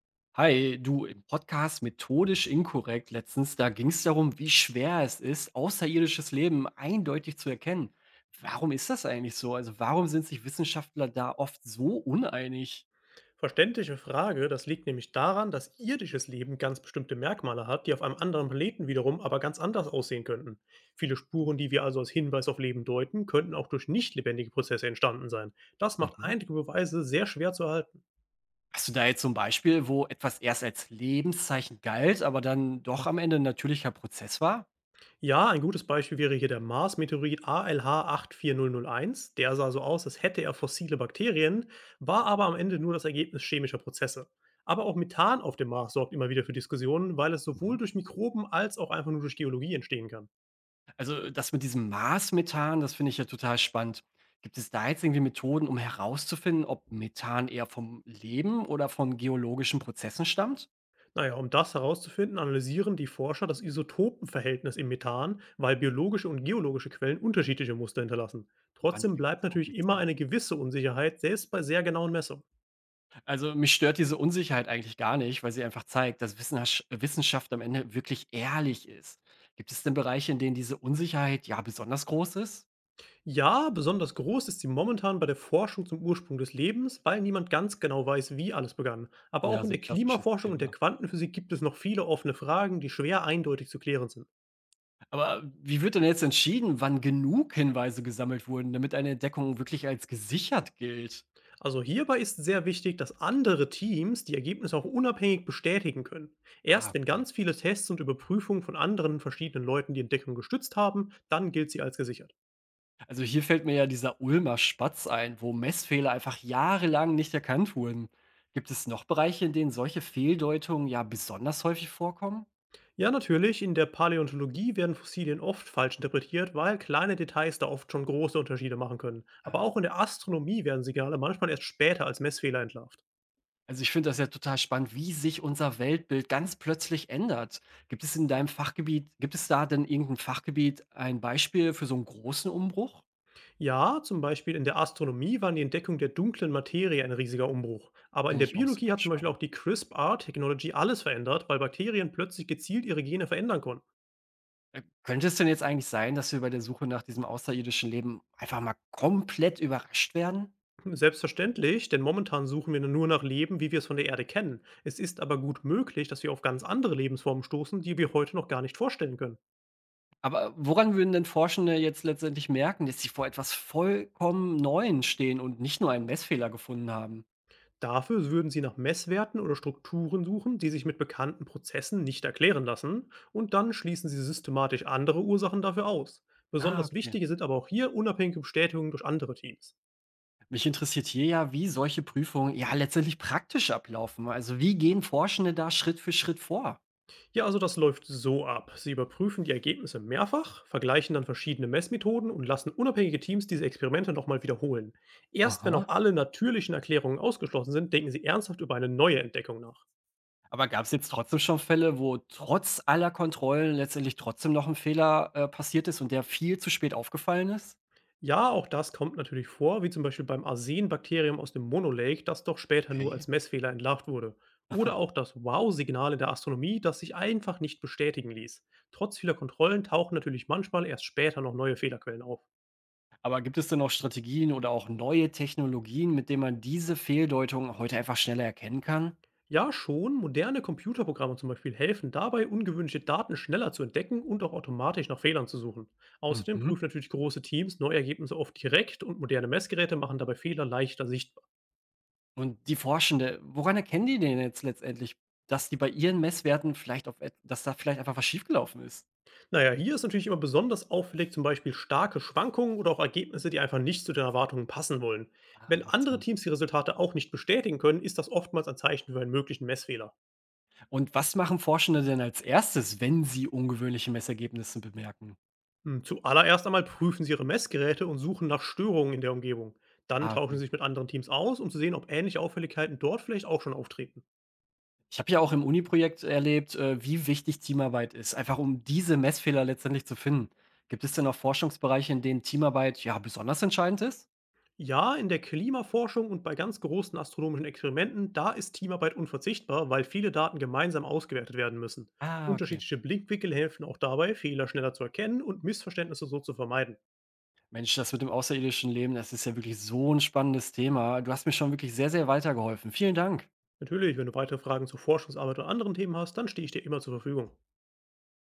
Hi, du, im Podcast Methodisch Inkorrekt letztens, da ging es darum, wie schwer es ist, außerirdisches Leben eindeutig zu erkennen. Warum ist das eigentlich so? Also warum sind sich Wissenschaftler da oft so uneinig? Verständliche Frage, das liegt nämlich daran, dass irdisches Leben ganz bestimmte Merkmale hat, die auf einem anderen Planeten wiederum aber ganz anders aussehen könnten. Viele Spuren, die wir also als Hinweis auf Leben deuten, könnten auch durch nicht lebendige Prozesse entstanden sein. Das macht Mhm. einige Beweise sehr schwer zu erhalten. Hast du da jetzt so ein Beispiel, wo etwas erst als Lebenszeichen galt, aber dann doch am Ende ein natürlicher Prozess war? Ja, ein gutes Beispiel wäre hier der Mars-Meteorit ALH84001. Der sah so aus, als hätte er fossile Bakterien, war aber am Ende nur das Ergebnis chemischer Prozesse. Aber auch Methan auf dem Mars sorgt immer wieder für Diskussionen, weil es sowohl durch Mikroben als auch einfach nur durch Geologie entstehen kann. Also, das mit diesem Marsmethan, das finde ich ja total spannend. Gibt es da jetzt irgendwie Methoden, um herauszufinden, ob Methan eher vom Leben oder von geologischen Prozessen stammt? Naja, um das herauszufinden, analysieren die Forscher das Isotopenverhältnis im Methan, weil biologische und geologische Quellen unterschiedliche Muster hinterlassen. Mann, Trotzdem klingt das bleibt natürlich immer kompliziert. eine gewisse Unsicherheit, selbst bei sehr genauen Messungen. Also, mich stört diese Unsicherheit eigentlich gar nicht, weil sie einfach zeigt, dass Wissenschaft am Ende wirklich ehrlich ist. Gibt es denn Bereiche, in denen diese Unsicherheit ja besonders groß ist? Ja, besonders groß ist sie momentan bei der Forschung zum Ursprung des Lebens, weil niemand ganz genau weiß, wie alles begann. Aber Ja, auch in so ein der klassisches Klimaforschung und der Thema. Quantenphysik gibt es noch viele offene Fragen, die schwer eindeutig zu klären sind. Aber wie wird denn jetzt entschieden, wann genug Hinweise gesammelt wurden, damit eine Entdeckung wirklich als gesichert gilt? Also hierbei ist sehr wichtig, dass andere Teams die Ergebnisse auch unabhängig bestätigen können. Ah, Erst wenn okay. ganz viele Tests und Überprüfungen von anderen verschiedenen Leuten die Entdeckung gestützt haben, dann gilt sie als gesichert. Also hier fällt mir ja dieser Ulmer Spatz ein, wo Messfehler einfach jahrelang nicht erkannt wurden. Gibt es noch Bereiche, in denen solche Fehldeutungen ja besonders häufig vorkommen? Ja, natürlich, in der Paläontologie werden Fossilien oft falsch interpretiert, weil kleine Details da oft schon große Unterschiede machen können. Aber auch Ah. in der Astronomie werden Signale manchmal erst später als Messfehler entlarvt. Also ich finde das ja total spannend, wie sich unser Weltbild ganz plötzlich ändert. Gibt es in deinem Fachgebiet, gibt es da denn irgendein Fachgebiet ein Beispiel für so einen großen Umbruch? Ja, zum Beispiel in der Astronomie waren die Entdeckung der dunklen Materie ein riesiger Umbruch. Aber in Finde der ich auch Biologie super hat zum Beispiel spannend. auch die CRISPR-Technologie alles verändert, weil Bakterien plötzlich gezielt ihre Gene verändern konnten. Könnte es denn jetzt eigentlich sein, dass wir bei der Suche nach diesem außerirdischen Leben einfach mal komplett überrascht werden? Hm, selbstverständlich, denn momentan suchen wir nur nach Leben, wie wir es von der Erde kennen. Es ist aber gut möglich, dass wir auf ganz andere Lebensformen stoßen, die wir heute noch gar nicht vorstellen können. Aber woran würden denn Forschende jetzt letztendlich merken, dass sie vor etwas vollkommen Neuem stehen und nicht nur einen Messfehler gefunden haben? Dafür würden sie nach Messwerten oder Strukturen suchen, die sich mit bekannten Prozessen nicht erklären lassen, und dann schließen sie systematisch andere Ursachen dafür aus. Ah, Besonders okay. wichtig sind aber auch hier unabhängige Bestätigungen durch andere Teams. Mich interessiert hier ja, wie solche Prüfungen ja letztendlich praktisch ablaufen. Also wie gehen Forschende da Schritt für Schritt vor? Ja, also das läuft so ab. Sie überprüfen die Ergebnisse mehrfach, vergleichen dann verschiedene Messmethoden und lassen unabhängige Teams diese Experimente nochmal wiederholen. Erst wenn auch Aha. alle natürlichen Erklärungen ausgeschlossen sind, denken sie ernsthaft über eine neue Entdeckung nach. Aber gab es jetzt trotzdem schon Fälle, wo trotz aller Kontrollen letztendlich trotzdem noch ein Fehler passiert ist und der viel zu spät aufgefallen ist? Ja, auch das kommt natürlich vor, wie zum Beispiel beim Arsenbakterium aus dem Monolake, das doch später nur Okay. als Messfehler entlarvt wurde. Oder auch das Wow-Signal in der Astronomie, das sich einfach nicht bestätigen ließ. Trotz vieler Kontrollen tauchen natürlich manchmal erst später noch neue Fehlerquellen auf. Aber gibt es denn noch Strategien oder auch neue Technologien, mit denen man diese Fehldeutung heute einfach schneller erkennen kann? Ja, schon, moderne Computerprogramme zum Beispiel helfen dabei, ungewöhnliche Daten schneller zu entdecken und auch automatisch nach Fehlern zu suchen. Außerdem Mhm. prüfen natürlich große Teams neue Ergebnisse oft direkt und moderne Messgeräte machen dabei Fehler leichter sichtbar. Und die Forschende, woran erkennen die denn jetzt letztendlich, dass die bei ihren Messwerten vielleicht auf et dass da vielleicht einfach was schiefgelaufen ist? Na ja, hier ist natürlich immer besonders auffällig zum Beispiel starke Schwankungen oder auch Ergebnisse, die einfach nicht zu den Erwartungen passen wollen. Ah, Wenn macht andere Sinn. Teams die Resultate auch nicht bestätigen können, ist das oftmals ein Zeichen für einen möglichen Messfehler. Und was machen Forschende denn als Erstes, wenn sie ungewöhnliche Messergebnisse bemerken? Hm, zuallererst einmal prüfen sie ihre Messgeräte und suchen nach Störungen in der Umgebung. Dann Ah, tauschen okay. sie sich mit anderen Teams aus, um zu sehen, ob ähnliche Auffälligkeiten dort vielleicht auch schon auftreten. Ich habe ja auch im Uni-Projekt erlebt, wie wichtig Teamarbeit ist, einfach um diese Messfehler letztendlich zu finden. Gibt es denn auch Forschungsbereiche, in denen Teamarbeit ja besonders entscheidend ist? Ja, in der Klimaforschung und bei ganz großen astronomischen Experimenten, da ist Teamarbeit unverzichtbar, weil viele Daten gemeinsam ausgewertet werden müssen. Ah, okay. Unterschiedliche Blickwinkel helfen auch dabei, Fehler schneller zu erkennen und Missverständnisse so zu vermeiden. Mensch, das mit dem außerirdischen Leben, das ist ja wirklich so ein spannendes Thema. Du hast mir schon wirklich sehr, sehr weitergeholfen. Vielen Dank. Natürlich, wenn du weitere Fragen zur Forschungsarbeit oder anderen Themen hast, dann stehe ich dir immer zur Verfügung.